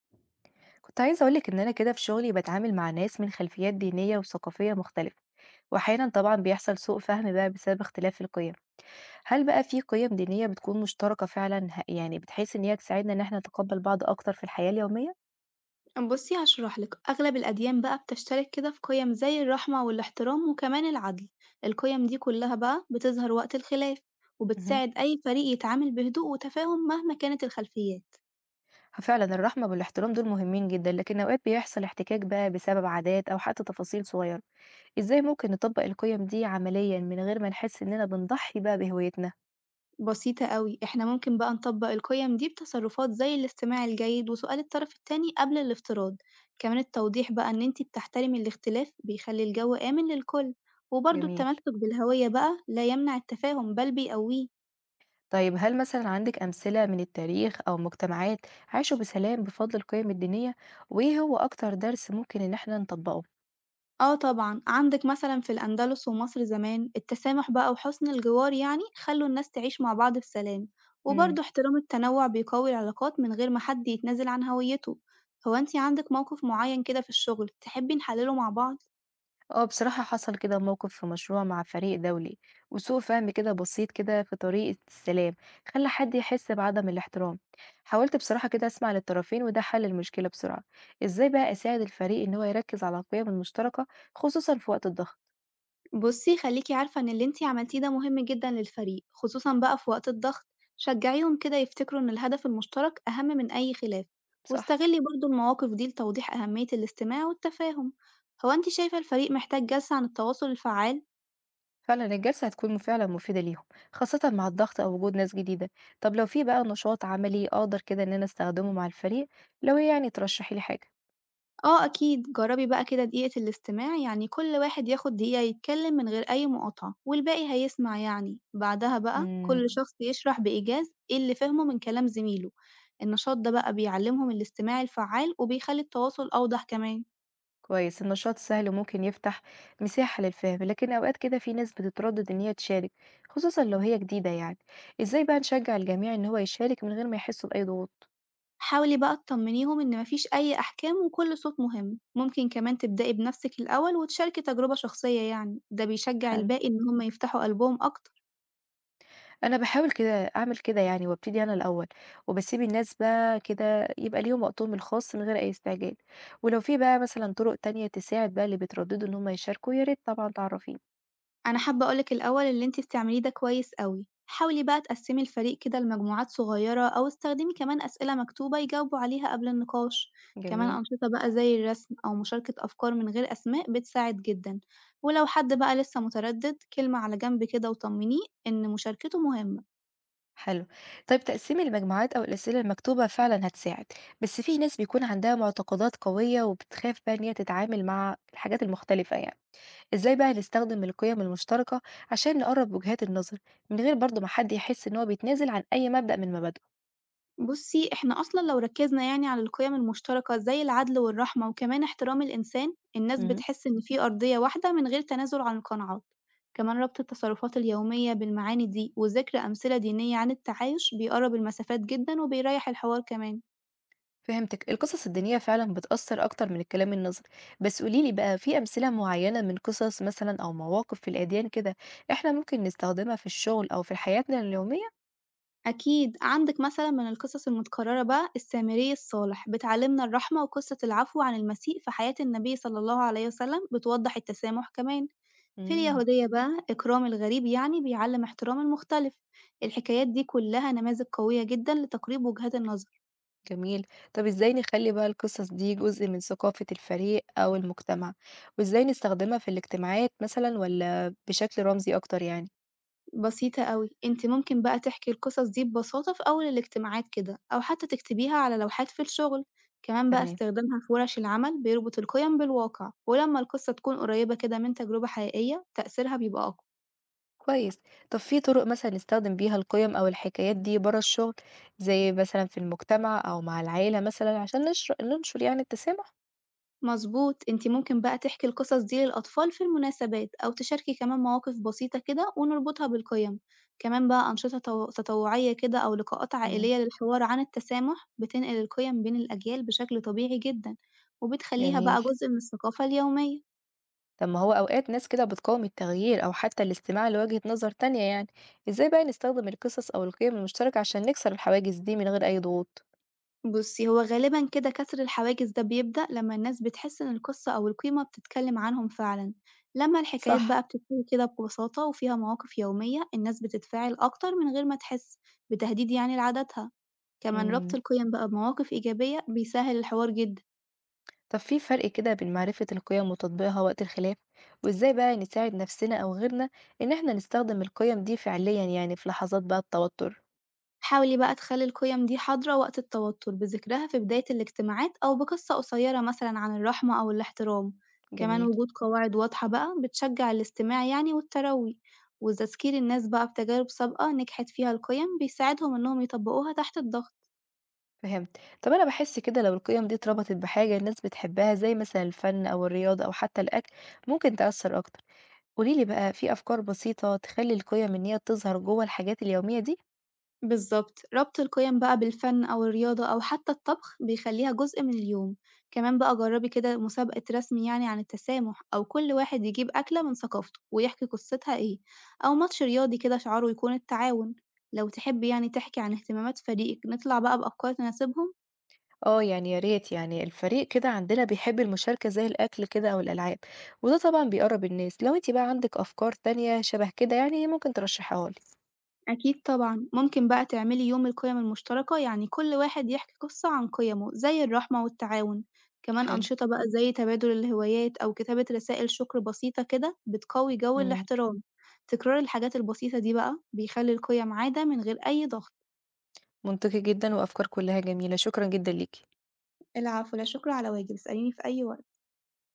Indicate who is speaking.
Speaker 1: كنت عايزة أقولك إن أنا كده في شغلي بتعامل مع ناس من خلفيات دينية وثقافية مختلفة، وأحيانا طبعا بيحصل سوء فهم بقى بسبب اختلاف القيم. هل بقى في قيم دينية بتكون مشتركة فعلا يعني بتحيث إن هي تساعدنا إن احنا نتقبل بعض أكتر في الحياة اليومية؟
Speaker 2: بصي هشرح لك أغلب الأديان بقى بتشترك كده في قيم زي الرحمة والاحترام وكمان العدل. القيم دي كلها بقى بتظهر وقت الخلاف،
Speaker 1: مهم.
Speaker 2: وبتساعد أي فريق يتعامل بهدوء وتفاهم مهما كانت الخلفيات.
Speaker 1: فعلا الرحمة والاحترام دول مهمين جدا، لكن أوقات بيحصل احتكاك بقى بسبب عادات أو حتى تفاصيل صغيرة. إزاي ممكن نطبق القيم دي عمليا من غير ما نحس إننا بنضحي بقى بهويتنا؟
Speaker 2: بسيطة قوي، احنا ممكن بقى نطبق القيم دي بتصرفات زي الاستماع الجيد وسؤال الطرف التاني قبل الافتراض. كمان التوضيح بقى إن انتي بتحترمي الاختلاف بيخلي الجو آمن للكل، وبرضه
Speaker 1: جميل.
Speaker 2: التمسك بالهوية بقى لا يمنع التفاهم بل بيقويه.
Speaker 1: طيب هل مثلا عندك أمثلة من التاريخ أو مجتمعات عاشوا بسلام بفضل القيم الدينية؟ وإيه هو أكتر درس ممكن إن إحنا نطبقه؟
Speaker 2: آه طبعًا، عندك مثلًا في الأندلس ومصر زمان التسامح بقى وحُسن الجوار يعني خلّوا الناس تعيش مع بعض بسلام،
Speaker 1: امم.
Speaker 2: وبرضه احترام التنوع بيقوي العلاقات من غير ما حد يتنازل عن هويته. هو أنتِ عندِك موقف معين كده في الشغل تحبي نحلله مع بعض؟
Speaker 1: اه، بصراحة حصل كده موقف في مشروع مع فريق دولي، وسوء فهم كده بسيط كده في طريقة السلام خلى حد يحس بعدم الاحترام. حاولت بصراحة كده أسمع للطرفين وده حل المشكلة بسرعة. إزاي بقى أساعد الفريق إن هو يركز على القيم المشتركة، خصوصا في وقت الضغط؟
Speaker 2: بُصّي، خلّيكِ عارفة إن اللي أنتِ عملتيه ده مهم جدًا للفريق، خصوصًا بقى في وقت الضغط. شجّعيهم كده يفتكروا إن الهدف المشترك أهم من أي خلاف،
Speaker 1: صح؟
Speaker 2: واستغلي برضه المواقف دي لتوضيح أهمية الاستماع والتفاهم. هو أنتِ شايفة الفريق محتاج جلسة عن التواصل الفعّال؟
Speaker 1: فعلا الجلسة هتكون فعلا مفيدة ليهم، خاصة مع الضغط أو وجود ناس جديدة. طب لو في بقى نشاط عملي أقدر كده إن أنا أستخدمه مع الفريق، لو هي يعني ترشحي لي حاجة.
Speaker 2: آه أكيد، جرّبي بقى كده دقيقة الاستماع، يعني كل واحد ياخد دقيقة يتكلم من غير أي مقاطعة والباقي هيسمع يعني، بعدها بقى كل
Speaker 1: مم.
Speaker 2: شخص يشرح بإيجاز إيه اللي فهمه من كلام زميله. النشاط ده بقى بيعلمهم الاستماع الفعّال وبيخلّي التواصل أوضح كمان.
Speaker 1: كويس، النشاط السهل ممكن يفتح مساحة للفهم، لكن أوقات كده في ناس بتتردد إن هي تشارك، خصوصا لو هي جديدة يعني. إزاي بقى نشجع الجميع إن هو يشارك من غير ما يحسوا بأي ضغوط؟
Speaker 2: حاولي بقى تطمنيهم إن ما فيش أي أحكام وكل صوت مهم، ممكن كمان تبدئي بنفسِك الأول وتشاركي تجربة شخصية يعني، ده بيشجع
Speaker 1: حلو.
Speaker 2: الباقي إن هُم يفتحوا قلبهم أكتر.
Speaker 1: أنا باحاول كده أعمل كده يعني وابتدي أنا الأول، وباسيب الناس بقى كده يبقى ليهم وقتهم الخاص من غير أي استعجال، ولو في بقى مثلًا طرق تانية تساعد بقى اللي بيترددوا إن هم يشاركوا يا ريت طبعًا تعرّفيني.
Speaker 2: أنا حابة أقول لِك الأول اللي أنتِ بتعمليه ده كويس أوي، حاولي بقى تقسّمي الفريق كده لمجموعات صغيرة أو استخدمي كمان أسئلة مكتوبة يجاوبوا عليها قبل النقاش، كمان
Speaker 1: جميل،
Speaker 2: أنشطة بقى زي الرسم أو مشاركة أفكار من غير أسماء بتساعد جدًا، ولو حد بقى لسه متردد كلمة على جنب كده وطمنيه إن مشاركته مهمة.
Speaker 1: حلو. طيب تقسيم المجموعات أو الأسئلة المكتوبة فعلًا هتساعد، بس في ناس بيكون عندها معتقدات قوية وبتخاف بقى إن هي تتعامل مع الحاجات المختلفة يعني. إزاي بقى نستخدم القيم المشتركة عشان نقرّب وجهات النظر، من غير برضه ما حد يحس إن هو بيتنازل عن أي مبدأ من مبادئه؟
Speaker 2: بُصّي، إحنا أصلًا لو ركّزنا يعني على القيم المشتركة زي العدل والرحمة وكمان احترام الإنسان، الناس
Speaker 1: اهم.
Speaker 2: بتحس إن في أرضية واحدة من غير تنازل عن القناعات. كمان ربط التصرفات اليومية بالمعاني دي وذكر أمثلة دينية عن التعايش بيقرّب المسافات جدًا وبيريّح الحوار كمان.
Speaker 1: فهمتِك، القصص الدينية فعلًا بتأثّر أكتر من الكلام النظري، بس قولي لي بقى في أمثلة معيّنة من قصص مثلًا أو مواقف في الأديان كده إحنا ممكن نستخدمها في الشغل أو في حياتنا اليومية؟
Speaker 2: أكيد، عندِك مثلًا من القصص المتكررة بقى السامري الصالح بتعلمنا الرحمة وقصة العفو عن المسيء في حياة النبي صلى الله عليه وسلم بتوضّح التسامح كمان. في
Speaker 1: إمم،
Speaker 2: اليهودية بقى إكرام الغريب يعني بيعلم احترام المختلف. الحكايات دي كلها نماذج قوية جدا لتقريب وجهات النظر.
Speaker 1: جميل. طَب إزاي نخلّي بقى القصص دي جزء من ثقافة الفريق أو المجتمع، وإزاي نستخدمها في الاجتماعات مثلًا والّا بشكل رمزي أكتر يعني؟
Speaker 2: بسيطة قوي، انت ممكن بقى تحكي القصص دي ببساطة في أول الاجتماعات كده أو حتى تكتبيها على لوحات في الشغل. كمان بقى
Speaker 1: تمام.
Speaker 2: استخدامها في ورش العمل بيربط القيم بالواقع، ولما القصة تكون قريبة كده من تجربة حقيقية تأثيرها بيبقى أقوى.
Speaker 1: كويس. طب في طرق مثلًا نستخدم بيها القيم أو الحكايات دي برّه الشغل، زي مثلًا في المجتمع أو مع العيلة مثلًا عشان ننشر يعني التسامح؟
Speaker 2: مضبوط، أنتِ ممكن بقى تحكي القصص دي للأطفال في المناسبات أو تشاركي كمان مواقف بسيطة كده ونربطها بالقيم، كمان بقى أنشطة تطوعية كده أو لقاءات
Speaker 1: إمم،
Speaker 2: عائلية للحوار عن التسامح بتنقل القيم بين الأجيال بشكل طبيعي جدًا، وبتخليها
Speaker 1: جميل.
Speaker 2: بقى جزء من الثقافة اليومية.
Speaker 1: طب ما هو أوقات ناس كده بتقاوم التغيير أو حتى الاستماع لوجهة نظر تانية يعني، إزاي بقى نستخدم القصص أو القيم المشتركة عشان نكسر الحواجز دي من غير أي ضغوط؟
Speaker 2: بُصّي، هو غالبًا كده كسر الحواجز ده بيبدأ لمّا الناس بتحس إن القصة أو القيمة بتتكلم عنهم فعلًا، لمّا الحكايات
Speaker 1: صح،
Speaker 2: بقى بتتحكي كده ببساطة وفيها مواقف يومية، الناس بتتفاعل أكتر من غير ما تحس بتهديد يعني لعاداتها، كمان ربط
Speaker 1: إمم.
Speaker 2: القيم بقى بمواقف إيجابية بيسهّل الحوار جدًا.
Speaker 1: طب في فرق كده بين معرفة القيم وتطبيقها وقت الخلاف، وإزاي بقى نساعد نفسنا أو غيرنا إن إحنا نستخدم القيم دي فعليًا يعني في لحظات بقى التوتر؟
Speaker 2: حاولي بقى تخلّي القيم دي حاضرة وقت التوتر بذكرها في بداية الاجتماعات أو بقصة قصيرة مثلًا عن الرحمة أو الاحترام، كمان
Speaker 1: جميل،
Speaker 2: وجود قواعد واضحة بقى بتشجّع الاستماع يعني والتروي، وتذكير الناس بقى بتجارب سابقة نجحت فيها القيم بيساعدهم إنهم يطبّقوها تحت الضغط.
Speaker 1: فهمت. طب أنا باحس كده لو القيم دي اتربطت بحاجة الناس بتحبها زي مثلًا الفن أو الرياضة أو حتى الأكل، ممكن تأثّر أكتر. قولي لي بقى في أفكار بسيطة تخلّي القيم إن هي تظهر جوّه الحاجات اليومية دي؟
Speaker 2: بالضبط، ربط القيم بقى بالفن أو الرياضة أو حتى الطبخ بيخلّيها جزء من اليوم، كمان بقى جرّبي كده مسابقة رسم يعني عن التسامح أو كل واحد يجيب أكلة من ثقافته ويحكي قصتها إيه، أو ماتش رياضي كده شعاره يكون التعاون. لو تحبي يعني تحكي عن اهتمامات فريقِك نطلع بقى بأفكار تناسبهم.
Speaker 1: آه، يعني يا ريت يعني الفريق كده عندنا بيحب المشاركة زي الأكل كده أو الألعاب، وده طبعًا بيقرّب الناس. لو أنتِ بقى عندِك أفكار تانية شبه كده يعني ممكن ترشّحيها لي.
Speaker 2: أكيد طبعًا، ممكن بقى تعملي يوم القيم المشتركة، يعني كل واحد يحكي قصة عن قيمه زي الرحمة والتعاون، كمان
Speaker 1: حلو،
Speaker 2: أنشطة بقى زي تبادل الهوايات أو كتابة رسائل شكر بسيطة كده بتقوي جو
Speaker 1: إمم،
Speaker 2: الاحترام. تكرار الحاجات البسيطة دي بقى بيخلي القيم عادة من غير أي ضغط.
Speaker 1: منطقي جدًا وأفكار كلّها جميلة، شكرًا جدًا ليكِ.
Speaker 2: العفو، لا شكر على واجب، اسأليني في أي وقت.